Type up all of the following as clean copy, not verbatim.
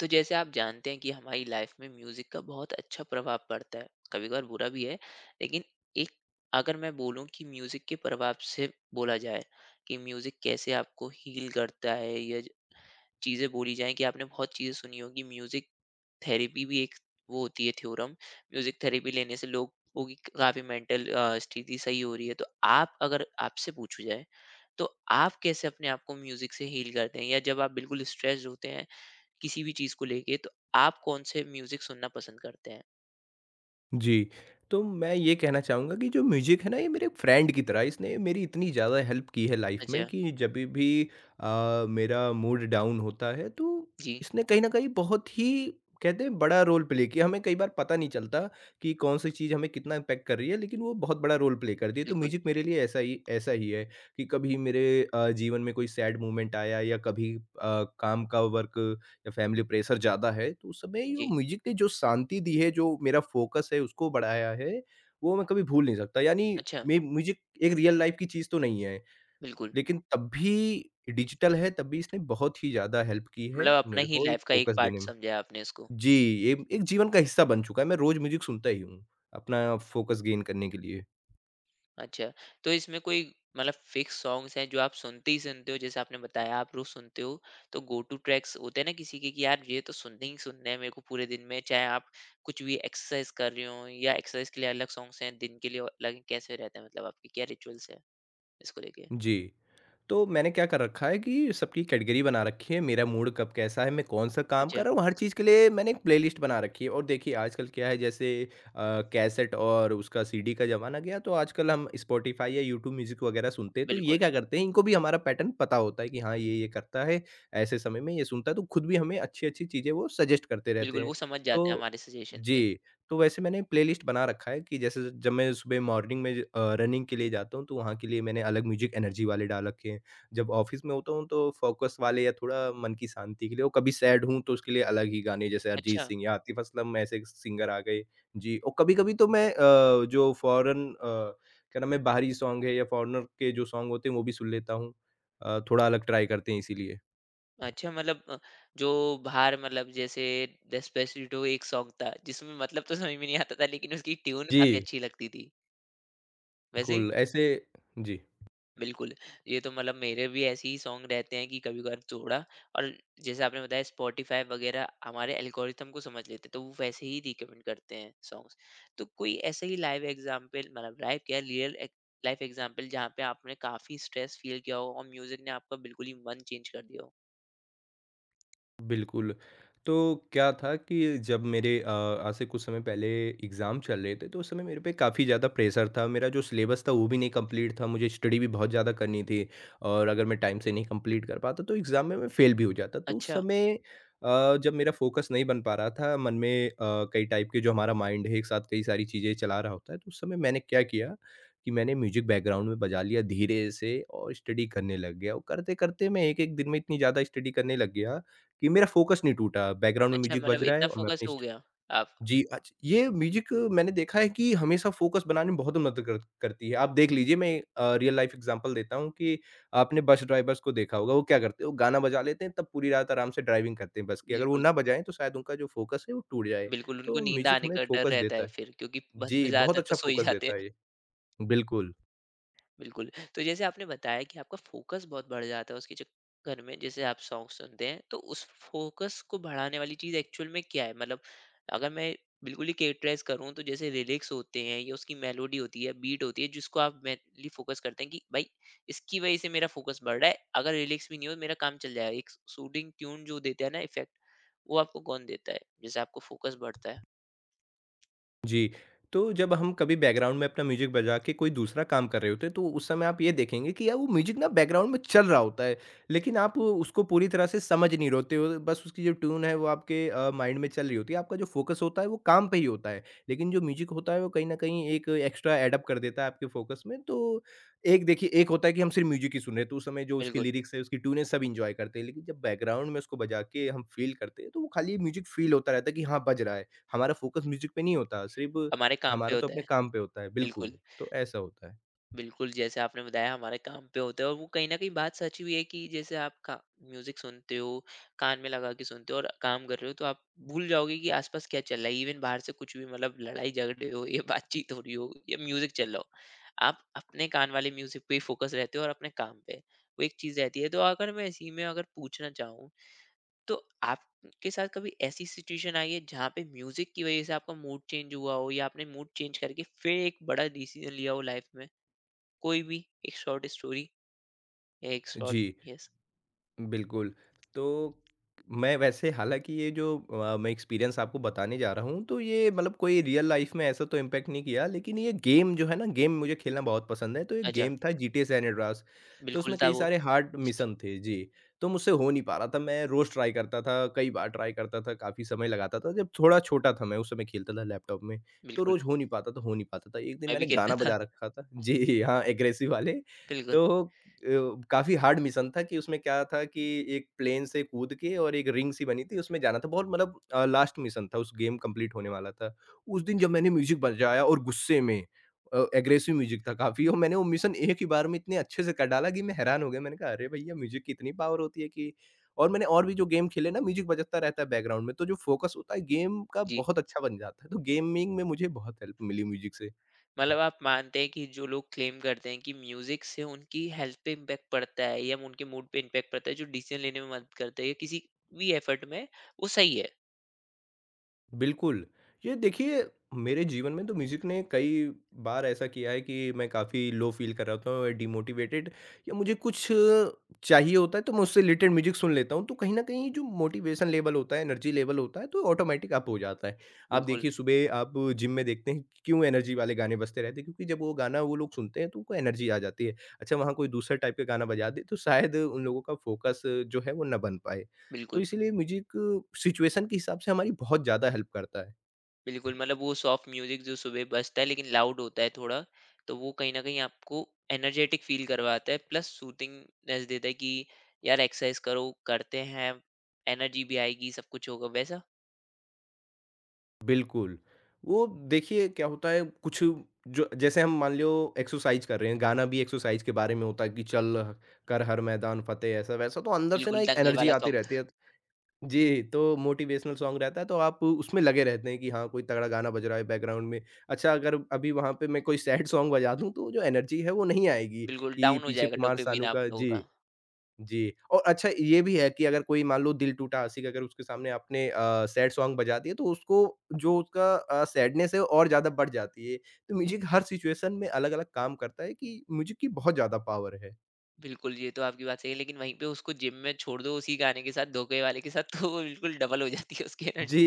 तो जैसे आप जानते हैं कि हमारी लाइफ में म्यूजिक का बहुत अच्छा प्रभाव पड़ता है। कभी कभार बुरा भी है, लेकिन एक, अगर मैं बोलूं कि म्यूजिक के प्रभाव से बोला जाए कि म्यूजिक कैसे आपको हील करता है या चीजें बोली जाएं कि आपने बहुत चीजें सुनी होगी म्यूजिक थेरेपी भी एक वो होती है थ्योरम। म्यूजिक थेरेपी लेने से लोगों की काफी मेंटल स्थिति सही हो रही है, तो आप, अगर आपसे पूछा जाए, तो आप कैसे अपने आप को म्यूजिक से हील करते हैं या जब आप बिल्कुल स्ट्रेस्ड होते हैं किसी भी चीज़ को लेके, तो आप कौन से म्यूज़िक सुनना पसंद करते हैं? जी, तो मैं ये कहना चाहूँगा कि जो म्यूज़िक है ना, ये मेरे फ्रेंड की तरह है, इसने मेरी इतनी ज़्यादा हेल्प की है लाइफ़ में अच्छा। कि जभी भी मेरा मूड डाउन होता है, तो जी। इसने कहीं न कहीं बहुत ही कहते हैं बड़ा रोल प्ले किया। हमें कई बार पता नहीं चलता कि कौन-सी चीज़ हमें कितना इम्पैक्ट कर रही है, लेकिन वो बहुत बड़ा रोल प्ले करती है। तो बिल्कुल। म्यूज़िक मेरे लिए ऐसा ही है कि कभी मेरे जीवन में कोई सैड मोमेंट आया या कभी काम का वर्क या फैमिली प्रेशर ज़्यादा है, तो उस समय यो जी। म्यूज़िक ने जो शांति दी है, जो मेरा फ़ोकस है उसको बढ़ाया है, वो मैं कभी भूल नहीं सकता। यानी अच्छा। मे म्यूज़िक एक रियल लाइफ़ की चीज़ तो नहीं है, बिल्कुल। लेकिन तब भी डिजिटल है, तब भी इसने बहुत ही ज़्यादा हेल्प की है मतलब अपना मेरे ही को एक लाइफ़ का एक फ़ोकस पार्ट देने में। समझा आपने इसको। जी, ये एक जीवन का हिस्सा बन चुका है, मैं रोज़ म्यूज़िक सुनता ही हूँ, अपना फ़ोकस गेन करने के लिए। अच्छा, तो इसमें कोई मतलब फिक्स सॉन्ग्स हैं जो आप सुनते हो, जैसे आपने बताया आप रोज़ सुनते हो, तो गो टू ट्रैक्स होते हैं ना किसी के कि यार ये तो सुनने हैं मेरे को पूरे दिन में, चाहे आप कुछ भी एक्सरसाइज़ कर रहे हो या एक्सरसाइज़ के लिए अलग सॉन्ग्स हैं, दिन के लिए अलग हैं, कैसे रहता है मतलब आपके क्या रिचुअल्स हैं इसको लेके? जी। तो मैंने क्या कर रखा है कि सबकी कैटेगरी बना रखी है, मेरा मूड कब कैसा है, मैं कौन-सा काम अच्छा। कर रहा हूँ, हर चीज़ के लिए मैंने एक प्लेलिस्ट बना रखी है। और देखिए आजकल क्या है जैसे कैसेट और उसका सीडी का ज़माना गया तो आजकल हम स्पॉटिफ़ाई या यूट्यूब म्यूज़िक वगैरह सुनते हैं। तो ये बिल्कुल। क्या करते हैं इनको भी हमारा पैटर्न पता होता है कि हाँ, ये करता है, ऐसे समय में ये सुनता है तो खुद भी हमें अच्छी-अच्छी चीज़ें वो सजेस्ट करते रहते बिल्कुल हैं। वो समझ जाते हैं तो हमारे सजेशन से। जी। तो वैसे मैंने प्लेलिस्ट बना रखा है कि जैसे जब मैं सुबह मॉर्निंग में रनिंग के लिए जाता हूँ तो वहाँ के लिए मैंने अलग म्यूजिक एनर्जी वाले डाल रखे हैं। जब ऑफिस में होता हूँ तो फोकस वाले या थोड़ा मन की शांति के लिए, और कभी सैड हूँ तो उसके लिए अलग ही गाने जैसे अरिजीत अच्छा। सिंह या आतिफ असलम ऐसे सिंगर आ गए। जी, और कभी कभी तो मैं जो फॉरेन क्या नाम है बाहरी सॉन्ग है या फॉरेनर के जो सॉन्ग होते हैं वो भी सुन लेता हूँ। थोड़ा अलग ट्राई करते हैं इसीलिए। अच्छा मतलब जो बाहर मतलब जैसे डेस्पेसिटो एक सॉन्ग था, जिसमें मतलब तो समझ में नहीं आता था लेकिन उसकी ट्यून काफ़ी जी, अच्छी लगती थी। वैसे ही बिल्कुल ऐसे। जी, बिल्कुल। ये तो मतलब मेरे भी ऐसे ही सॉन्ग रहते हैं कि कभी-कभार थोड़ा। और जैसे आपने बताया स्पॉटिफ़ाई वगैरह हमारे एल्गोरिथम को समझ लेते हैं, तो वो वैसे ही रिकमेंड करते हैं सॉन्ग्स। तो कोई ऐसे ही लाइव एग्ज़ाम्पल, मतलब लाइव क्या, रियल ए लाइफ एग्ज़ाम्पल जहाँ पे आपने काफ़ी स्ट्रेस फ़ील किया हो और म्यूज़िक ने आपका बिल्कुल ही मन चेंज कर दिया हो? बिल्कुल। तो क्या था कि जब मेरे आज से कुछ समय पहले एग्ज़ाम चल रहे थे, तो उस समय मेरे पे काफ़ी ज़्यादा प्रेशर था। मेरा जो सिलेबस था वो भी नहीं कंप्लीट था, मुझे स्टडी भी बहुत ज़्यादा करनी थी और अगर मैं टाइम से नहीं कंप्लीट कर पाता तो एग्ज़ाम में मैं फेल भी हो जाता। तो उस अच्छा। समय जब मेरा फोकस नहीं बन पा रहा था, मन में कई टाइप के जो हमारा माइंड है, एक साथ कई सारी चीज़ें चला रहा होता है, तो उस समय मैंने क्या किया कि मैंने म्यूज़िक बैकग्राउंड में बजा लिया धीरे से और स्टडी करने लग गया और करते-करते मैं एक-एक दिन में इतनी ज़्यादा स्टडी करने लग गया कि मेरा फ़ोकस नहीं टूटा, बैकग्राउंड में अच्छा, म्यूज़िक मतलब बज रहा इतना है और मैं फ़ोकस अपनी हो स्ट गया आप? जी, अच्छ ये म्यूज़िक मैंने देखा है कि हमेशा फ़ोकस बनाने में बहुत मदद कर करती है। आप देख लीजिए मैं रियल लाइफ़ एग्ज़ाम्पल देता हूँ कि आपने बस ड्राइवर्स को देखा होगा, वो क्या करते हैं, वो गाना बजा लेते हैं, तब पूरी रात आराम से ड्राइविंग करते हैं बस की। अगर वो बिल्कुल। ना बजाएँ तो शायद उनका जो फ़ोकस है वो टूट जाए। बिल्कुल उनको तो नींद म्यूज़िक आने हमें का डर फ़ोकस रहता देता है है। फिर क्योंकि बस में जी, बहुत ज़्यादातर तो अच्छा सो ही फ़ोकस जाते। देता है ये। बिल्कुल। बिल्कुल। तो जैसे आपने बताया कि आपका फ़ोकस बहुत बढ़ जाता है उसके चक्कर में, जैसे आप सॉन्ग सुनते हैं, तो उस फ़ोकस को बढ़ाने वाली चीज़ एक्चुअल में क्या है? मतलब अगर मैं बिल्कुल ही कैरेक्टराइज़ करूँ, तो जैसे लिरिक्स होते हैं या उसकी मेलोडी होती है, बीट होती है, जिसको आप मेनली फ़ोकस करते हैं कि भाई, इसकी वज़ह से मेरा फ़ोकस बढ़ रहा है। अगर लिरिक्स भी नहीं हो, मेरा काम चल जाएगा। एक सूदिंग ट्यून जो देता है ना इफ़ेक्ट, वो आपको कौन देता है? जिससे आपको फ़ोकस बढ़ता है। जी, तो जब हम कभी बैकग्राउंड में अपना म्यूज़िक बजा के कोई दूसरा काम कर रहे होते हैं, तो उस समय आप ये देखेंगे कि यार वो म्यूज़िक ना बैकग्राउंड में चल रहा होता है, लेकिन आप उसको पूरी तरह से समझ नहीं रहे होते हो, बस उसकी जो ट्यून है वो आपके माइंड में चल रही होती है, आपका जो फ़ोकस होता है वो काम पे ही होता है। लेकिन जो म्यूज़िक होता है वो कहीं न कहीं एक एक्स्ट्रा ऐड अप कर देता है आपके फ़ोकस में, तो एक देखिए एक होता है कि हम सिर्फ़ म्यूज़िक ही सुन रहे हैं, तो उस समय जो उसकी बिल्कुल, लिरिक्स है, उसकी ट्यून है सब एन्जॉय करते हैं, लेकिन जब बैकग्राउंड में उसको बजा के हम फ़ील करते हैं, तो वो खाली म्यूज़िक फ़ील होता रहता है कि हाँ, बज रहा है। हमारा फ़ोकस म्यूज़िक पे नहीं होता, सिर्फ़ हमारे काम पे हमारा तो होता है। अपने काम पे होता है। बिल्कुल, बिल्कुल। तो ऐसा होता है। बिल्कुल, जैसे आपने बताया हमारे काम पे होता है और वो कहीं न कहीं बात सच भी है कि जैसे आप का म्यूज़िक सुनते हो, कान में लगा के सुनते हो और काम कर रहे हो, तो आप भूल जाओगे कि आस-पास क्या चल रहा है। इवन बाहर से कुछ भी, मतलब लड़ाई-झगड़े हो या बातचीत हो रही हो या म्यूज़िक चल रहा हो, आप अपने कान वाले म्यूज़िक पे ही फ़ोकस रहते हो और अपने काम पे। वो एक चीज़ रहती है। तो अगर मैं इसी में अगर पूछना चाहूँ, तो आपके साथ कभी ऐसी सिचुएशन आई है जहाँ पे म्यूज़िक की वज़ह से आपका मूड चेंज हुआ हो या आपने मूड चेंज करके फिर एक बड़ा डिसीज़न लिया हो लाइफ़ में? कोई भी एक शॉर्ट स्टोरी या एक शॉर्ट। जी। यस। बिल्कुल, तो मैं वैसे हालाँकि ये जो मैं एक्सपीरियंस आपको बताने जा रहा हूँ, तो ये मतलब कोई रियल लाइफ़ में ऐसा तो इम्पैक्ट नहीं किया, लेकिन ये गेम जो है ना, गेम मुझे खेलना बहुत पसंद है, तो एक अच्छा। गेम था जीटीए सैन एंड्रियास, तो बिल्कुल उसमें था कई वो। सारे हार्ड मिशन थे। जी, तो मुझसे हो नहीं पा रहा था, मैं रोज़ ट्राई करता था, कई बार ट्राई करता था, काफ़ी समय लगाता था, जब थोड़ा छोटा था मैं, उस समय खेलता था लैपटॉप में, तो बिल्कुल। रोज़ हो नहीं पाता था। एक दिन मैं भी मैंने खेलता गाना था। बजा रखा था जी, हाँ, एग्रेसिव वाले, बिल्कुल। तो काफ़ी हार्ड मिशन था कि उसमें क्या था कि एक प्लेन से कूद के और एक रिंग सी बनी थी उसमें जाना था बहुत मतलब लास्ट मिशन था उस गेम कंप्लीट होने वाला था। उस दिन जब मैंने म्यूज़िक बजाया और गुस्से में एग्रेसिव म्यूज़िक था काफ़ी और मैंने वो मिशन एक ही बार में इतने अच्छे से कर डाला कि मैं हैरान हो गया। मैंने कहा अरे भईया म्यूज़िक की इतनी पावर होती है कि और मैंने और भी जो गेम खेले ना म्यूज़िक बजता रहता है बैकग्राउंड में तो जो फ़ोकस होता है गेम का जी। बहुत अच्छा बन जाता है। तो गेमिंग में मुझे बहुत हेल्प मिली म्यूज़िक से। मतलब आप मानते हैं कि जो लोग क्लेम करते हैं कि म्यूजिक से उनकी हेल्थ पे इम्पैक्ट पड़ता है या उनके मूड पे इम्पैक्ट पड़ता है, जो डिसीजन लेने में मदद करता है या किसी भी एफर्ट में, वो सही है? बिल्कुल। ये देखिए, मेरे जीवन में तो म्यूज़िक ने कई बार ऐसा किया है कि मैं काफ़ी लो फ़ील कर रहा होता हूँ, डिमोटिवेटेड या मुझे कुछ चाहिए होता है, तो मैं उससे रिलेटेड म्यूज़िक सुन लेता हूँ। तो कहीं न कहीं जो मोटिवेशन लेवल होता है, एनर्जी लेवल होता है, तो ऑटोमैटिक अप हो जाता है। आप बिल्कुल। देखिए, सुबह आप जिम में देखते हैं, क्यों एनर्जी वाले गाने बजते रहते हैं, क्योंकि जब वो गाना वो लोग सुनते हैं, तो उनको एनर्जी आ जाती है। अच्छा, वहाँ कोई दूसरा टाइप का गाना बजा दे, तो शायद उन लोगों का फ़ोकस जो है, वो ना बन पाए। तो बिल्कुल। इसीलिए म्यूज़िक सिचुएशन के हिसाब से हमारी बहुत ज़्यादा हेल्प करता है। बिल्कुल, मतलब वो सॉफ्ट म्यूज़िक जो सुबह बजता है लेकिन लाउड होता है थोड़ा, तो वो कहीं न कहीं आपको एनर्जेटिक फ़ील करवाता है प्लस सूथिंगनेस देता है कि यार एक्सरसाइज़ करो, करते हैं, एनर्जी भी आएगी, सब कुछ होगा वैसा? बिल्कुल, वो देखिए क्या होता है कुछ जो जैसे हम मान लो एक्सरसाइज़ कर रहे हैं, गाना भी एक्सरसाइज़ के बारे में होता है कि चल कर हर मैदान फ़तेह ऐसा-वैसा तो अंदर से बिल्कुल ना एक दंगल एनर्जी वाला आती सॉन्ग। रहती है। जी, तो मोटिवेशनल सॉन्ग रहता है तो आप उसमें लगे रहते हैं कि हाँ, कोई तगड़ा गाना बज रहा है बैकग्राउंड में। अच्छा अगर अभी वहाँ पे मैं कोई सैड सॉन्ग बजा दूँ तो जो एनर्जी है वो नहीं आएगी बिल्कुल कि डाउन हो पीछे जाएगा कुमार डोपामाइन सानू आप का लोगों जी। का। जी, और अच्छा ये भी है कि अगर कोई मान लो दिल टूटा आशिक़ अगर उसके सामने आपने सैड सॉन्ग बजा दिए तो उसको जो उसका सैडनेस है वो और ज़्यादा बढ़ जाती है। तो म्यूज़िक हर सिचुएशन में अलग-अलग काम करता है कि म्यूज़िक की बहुत ज़्यादा पावर है। बिल्कुल, ये तो आपकी बात सही है लेकिन वहीं पे उसको जिम में छोड़ दो उसी गाने के साथ, धोखे वाले के साथ तो वो बिल्कुल डबल हो जाती है उसकी एनर्जी। जी,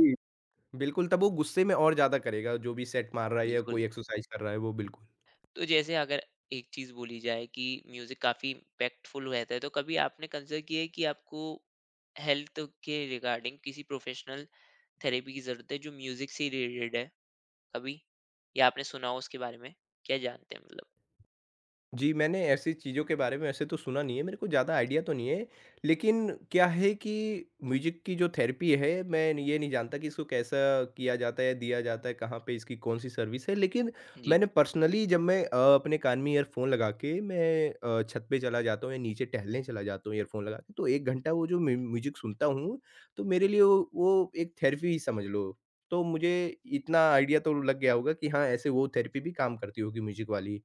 बिल्कुल तब वो गुस्से में और ज़्यादा करेगा जो भी सेट मार रहा है या बिल्कुल। कोई एक्सरसाइज़ कर रहा है वो बिल्कुल। तो जैसे अगर एक चीज बोली जाए कि म्यूजिक काफी इम्पैक्टफुल रहता है, तो कभी आपने कंसिडर किया है कि आपको हेल्थ के रिगार्डिंग किसी प्रोफेशनल थेरेपी की जरूरत है जो म्यूजिक से रिलेटेड है, कभी, या आपने सुना हो उसके बारे में, क्या जानते हैं मतलब? जी, मैंने ऐसी चीज़ों के बारे में वैसे तो सुना नहीं है, मेरे को ज़्यादा आइडिया तो नहीं है। लेकिन क्या है कि म्यूज़िक की जो थेरेपी है, मैं ये नहीं जानता कि इसको कैसा किया जाता है, दिया जाता है, कहाँ पे इसकी कौन-सी सर्विस है। लेकिन जी। मैंने पर्सनली जब मैं अपने कान में ईयरफ़ोन लगा के मैं छत पे चला जाता हूँ या नीचे टहलने चला जाता हूँ ईयरफ़ोन लगा के, तो 1 घंटा वो जो म्यूज़िक सुनता हूँ, तो मेरे लिए वो एक थेरेपी ही समझ लो। तो मुझे इतना आइडिया तो लग गया होगा कि हाँ, ऐसे वो थेरेपी भी काम करती होगी म्यूज़िक वाली।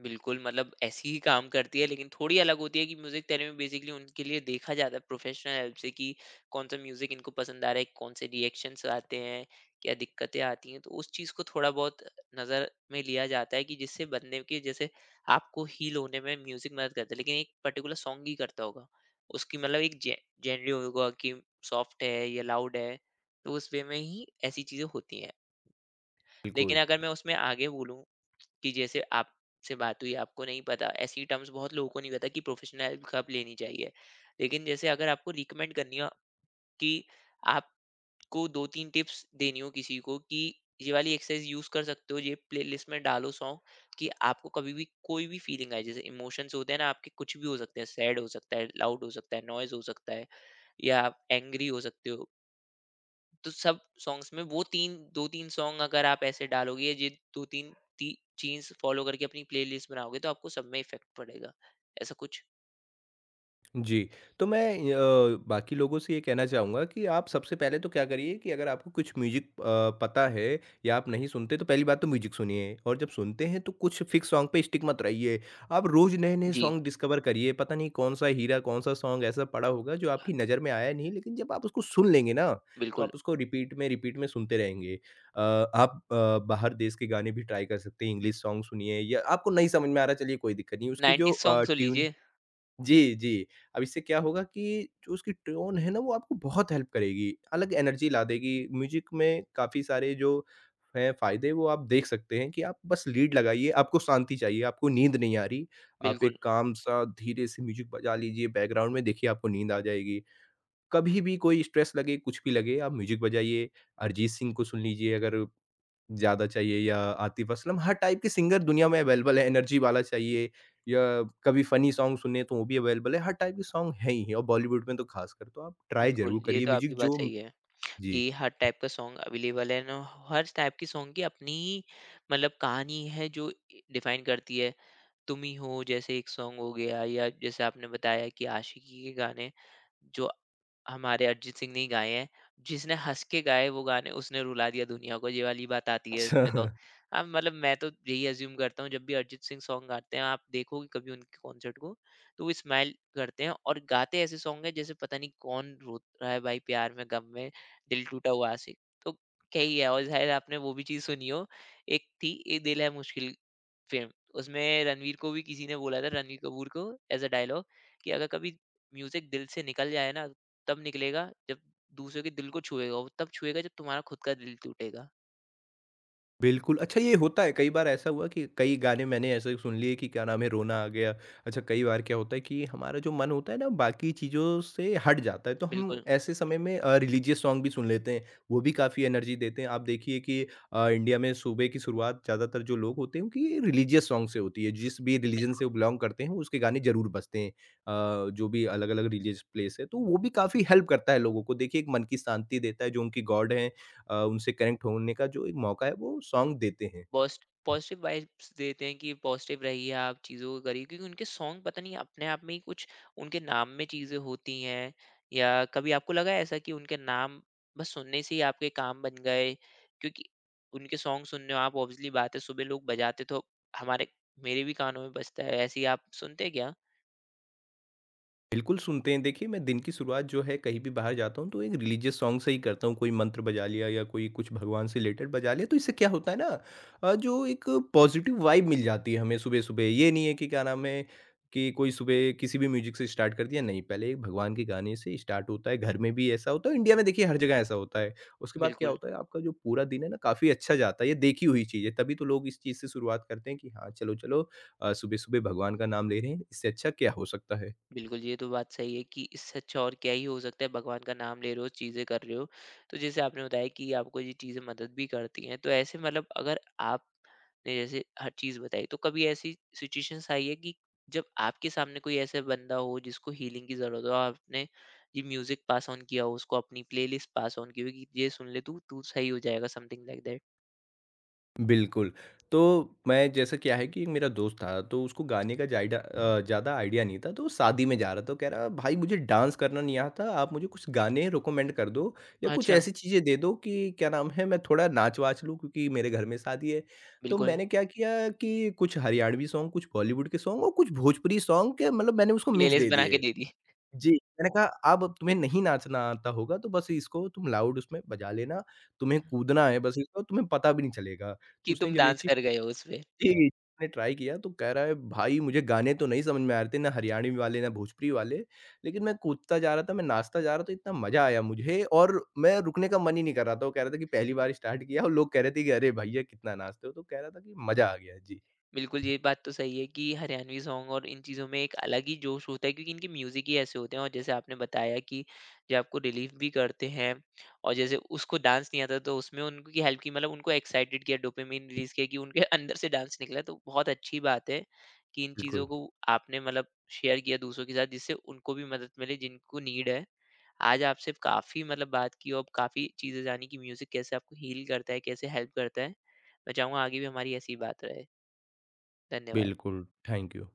बिल्कुल, मतलब ऐसी ही काम करती है लेकिन थोड़ी अलग होती है कि म्यूज़िक थेरेपी में बेसिकली उनके लिए देखा जाता है प्रोफेशनल हेल्प से कि कौन-सा म्यूज़िक इनको पसंद आ रहा है, कौन से रिएक्शंस आते हैं, क्या दिक्कतें आती हैं। तो उस चीज़ को थोड़ा बहुत नज़र में लिया जाता है कि जिससे बंदे की, जैसे आपको हील होने में म्यूज़िक मदद करता है, लेकिन एक पर्टिकुलर सॉन्ग ही करता होगा। उसकी मतलब एक जे जेनर होगा कि सॉफ्ट है या लाउड है, तो उस वे में ही ऐसी चीज़ें होती हैं। लेकिन बिल्कुल। अगर मैं उसमें आगे बोलूँ कि जैसे आपसे बात हुई आपको नहीं पता, ऐसी टर्म्स बहुत लोगों को नहीं पता कि प्रोफेशनल हेल्प कब लेनी चाहिए, लेकिन जैसे अगर आपको रिकमेंड करनी हो कि आपको दो तीन टिप्स देनी हो किसी को कि ये वाली एक्सरसाइज यूज कर सकते हो, ये प्लेलिस्ट में डालो सॉन्ग, कि आपको कभी भी कोई भी फीलिंग आए, जैसे इमोशंस होते हैं ना आपके, कुछ भी हो सकते हैं, सैड हो सकता है, लाउड हो सकता है, नॉइज हो सकता है या आप एंग्री हो सकते हो, तो सब सॉन्ग्स में वो 3 2-3 सॉन्ग अगर आप ऐसे डालोगे या ये 2-3 ती चीज़ फ़ॉलो करके अपनी प्लेलिस्ट बनाओगे तो आपको सब में इफ़ेक्ट पड़ेगा। ऐसा कुछ? जी, तो मैं बाकी लोगों से ये कहना चाहूँगा कि आप सबसे पहले तो क्या करिए कि अगर आपको कुछ म्यूज़िक पता है या आप नहीं सुनते तो पहली बात तो म्यूज़िक सुनिए और जब सुनते हैं तो कुछ फ़िक्स सॉन्ग पे स्टिक मत रहिए। आप रोज़ नए-नए जी। सॉन्ग डिस्कवर करिए, पता नहीं कौन-सा हीरा, कौन-सा सॉन्ग ऐसा पड़ा होगा जो आपकी नज़र में आया नहीं लेकिन जब आप उसको सुन लेंगे ना, तो बिल्कुल। आप उसको रिपीट में सुनते रहेंगे। आप बाहर देश के गाने भी ट्राई कर सकते हैं, इंग्लिश सॉन्ग सुनिए या आपको नहीं समझ में आ रहा चलिए कोई दिक्कत नहीं, उसकी जो 90s सॉन्ग सुन ट्यून लीजिए। जी, जी। अब इससे क्या होगा कि जो उसकी टोन है ना वो आपको बहुत हेल्प करेगी, अलग एनर्जी ला देगी। म्यूज़िक में काफ़ी सारे जो हैं फ़ायदे वो आप देख सकते हैं कि आप बस लीड लगाइए, आपको शांति चाहिए, आपको नींद नहीं आ रही, आप बिल्कुल। एक काम-सा धीरे से म्यूज़िक बजा लीजिए बैकग्राउंड में देखिए आपको नींद आ जाएगी। कभी भी कोई स्ट्रेस लगे, कुछ भी लगे, आप म्यूज़िक बजाइए, अरिजीत सिंह को सुन लीजिए अगर ज़्यादा चाहिए या आतिफ़ असलम, हर टाइप के सिंगर दुनिया में अवेलेबल है, एनर्जी वाला चाहिए या कभी फ़नी सॉन्ग सुनने हैं, तो वो भी अवेलेबल है, हर टाइप के सॉन्ग हैं ही हैं और बॉलीवुड में तो ख़ासकर, तो आप ट्राई बिल्कुल, ज़रूर ये करिए तो आपकी म्यूज़िक बात जो सही है कि जी। हर टाइप का सॉन्ग अवेलेबल है ना, हर टाइप की सॉन्ग की अपनी ही मतलब कहानी है जो डिफ़ाइन करती है। तुम ही हो जैसे एक सॉन्ग हो गया, या जैसे आपने बताया कि आशिकी के गाने जो हमारे अरिजीत सिंह ने ही गाए हैं, जिसने हंस के गाए वो गाने उसने रुला दिया दुनिया को, ये वाली बात आती है इसमें अच्छा। तो। हाँ, मतलब मैं तो यही अज्यूम करता हूँ, जब भी अरिजीत सिंह सॉन्ग गाते हैं आप देखोगे कभी उनके कॉन्सर्ट को, तो वो स्माइल करते हैं और गाते ऐसे सॉन्ग है जैसे पता नहीं कौन रो रहा है भाई, प्यार में, गम में, दिल टूटा हुआ आशिक, तो क्या ही है। और शायद आपने वो भी चीज़ सुनी हो, एक थी ये दिल है मुश्किल फ़िल्म, उसमें रणवीर को भी किसी ने बोला था, रणवीर कपूर को, एज़ अ डायलॉग कि अगर कभी म्यूज़िक दिल से निकल जाए ना, तब निकलेगा जब दूसरों के दिल को छुएगा वो, तब छुएगा जब तुम्हारा खुद का दिल टूटेगा। बिल्कुल, अच्छा ये होता है कई बार ऐसा हुआ कि कई गाने मैंने ऐसे सुन लिए कि क्या नाम है रोना आ गया। अच्छा कई बार क्या होता है कि हमारा जो मन होता है ना बाकी चीज़ों से हट जाता है तो हम बिल्कुल। ऐसे समय में रिलीजियस सॉन्ग भी सुन लेते हैं, वो भी काफ़ी एनर्जी देते हैं। आप देखिए कि इंडिया में सुबह की शुरुआत ज़्यादातर जो लोग होते हैं उनकी रिलीजियस सॉन्ग से होती है, जिस भी रिलीजन से बिल्कुल। वो बिलॉन्ग करते हैं उसके गाने ज़रूर बजते हैं। जो भी अलग-अलग रिलीजियस प्लेस है तो वो भी काफ़ी हेल्प करता है लोगों को। देखिए एक मन की शांति देता है जो उनकी गॉड हैं उनसे कनेक्ट होने का जो एक मौका है वो सॉन्ग देते हैं। पॉजिटिव वाइब्स देते हैं कि पॉजिटिव रहिए, आप चीज़ों को करिए, क्योंकि उनके सॉन्ग पता नहीं अपने आप में ही कुछ उनके नाम में चीज़ें होती हैं, या कभी आपको लगा है ऐसा कि उनके नाम बस सुनने से ही आपके काम बन गए, क्योंकि उनके सॉन्ग सुन रहे हो आप, ऑब्वियसली बात है सुबह लोग बजाते तो हमारे, मेरे भी कानों में बजता है ऐसे ही, आप सुनते क्या? बिल्कुल सुनते हैं। देखिए, मैं दिन की शुरुआत जो है कहीं भी बाहर जाता हूँ तो एक रिलीजियस सॉन्ग से ही करता हूँ। कोई मंत्र बजा लिया या कोई कुछ भगवान से रिलेटेड बजा लिया। तो इससे क्या होता है ना जो एक पॉज़िटिव वाइब मिल जाती है हमें सुबह-सुबह। ये नहीं है कि क्या नाम है कि कोई सुबह किसी भी म्यूज़िक से स्टार्ट कर दिया। नहीं, पहले एक भगवान के गाने से स्टार्ट होता है। घर में भी ऐसा होता है, इंडिया में देखिए हर जगह ऐसा होता है। उसके बाद क्या बिल्कुल। होता है आपका जो पूरा दिन है ना काफ़ी अच्छा जाता है। ये देखी हुई चीज़ है, तभी तो लोग इस चीज़ से शुरुआत करते हैं कि हाँ, चलो-चलो सुबह-सुबह भगवान का नाम ले रहे हैं। इससे अच्छा क्या हो सकता है? बिल्कुल, ये तो बात सही है कि इससे अच्छा और क्या ही हो सकता है, भगवान का नाम ले रहे हो, चीज़ें कर रहे हो। तो जैसे आपने बताया कि आपको ये चीज़ें मदद भी करती हैं, तो ऐसे मतलब अगर आपने जैसे हर चीज़ बताई, तो कभी ऐसी सिचुएशंस आई है कि जब आपके सामने कोई ऐसा बंदा हो जिसको हीलिंग की ज़रूरत हो, आपने ये म्यूज़िक पास ऑन किया हो उसको, अपनी प्लेलिस्ट पास ऑन की हो कि ये सुन ले तू, तू सही हो जाएगा, समथिंग लाइक दैट? बिल्कुल। तो मैं जैसा क्या है कि एक मेरा दोस्त था, तो उसको गाने का जायडा ज़्यादा आइडिया नहीं था, तो वो शादी में जा रहा था। तो कह रहा, "भाई मुझे डांस करना नहीं आता, आप मुझे कुछ गाने रिकमेंड कर दो या कुछ अच्छा। ऐसी चीज़ें दे दो कि क्या नाम है, मैं थोड़ा नाच-वाच लूँ क्योंकि मेरे घर में शादी है।" तो बिल्कुल, मैंने क्या किया कि कुछ हरियाणवी सॉन्ग, कुछ बॉलीवुड के सॉन्ग और कुछ भोजपुरी सॉन्ग के मतलब मैंने उसको मिक्स प्लेलिस्ट दे बना के दिए। दे दी जी, मैंने कहा अब तुम्हें नहीं नाचना आता होगा तो बस इसको तुम लाउड उसमें बजा लेना, तुम्हें कूदना है बस इसको तुम्हें पता भी नहीं चलेगा। तो कि उसने तुम जब ये डांस चीज़ कर गए हो उसपे। जी, उसने ट्राई किया तो कह रहा है भाई मुझे गाने तो नहीं समझ में आ रहे थे, ना हरियाणवी वाले ना भोजपुरी वाले, लेकिन मैं कूदता जा रहा था, मैं नाचता जा रहा था, तो इतना मज़ा आया मुझे और मैं रुकने का मन ही नहीं कर रहा था। वो कह रहा था कि पहली बार स्टार्ट किया और लोग कह रहे थे कि अरे भैया कितना नाचते हो, तो कह रहा था कि मज़ा आ गया। जी, बिल्कुल, ये बात तो सही है कि हरियाणवी सॉन्ग और इन चीज़ों में एक अलग ही जोश होता है क्योंकि इनके म्यूज़िक ही ऐसे होते हैं, और जैसे आपने बताया कि जो आपको रिलीफ़ भी करते हैं, और जैसे उसको डांस नहीं आता तो उसमें उनकी हेल्प की, मतलब उनको एक्साइटेड किया, डोपामाइन रिलीज़ किया कि उनके अंदर से डांस निकला, तो बहुत अच्छी बात है कि इन चीज़ों बिल्कुल। को आपने मतलब शेयर किया दूसरों के साथ जिससे उनको भी मदद मिले जिनको नीड है। आज आपसे काफ़ी मतलब बात की और काफ़ी चीज़ें जानी कि म्यूज़िक कैसे आपको हील करता है, कैसे हेल्प करता है। मैं चाहूँगा आगे भी हमारी ऐसी ही बात रहे। धन्यवाद। बिल्कुल, थैंक यू।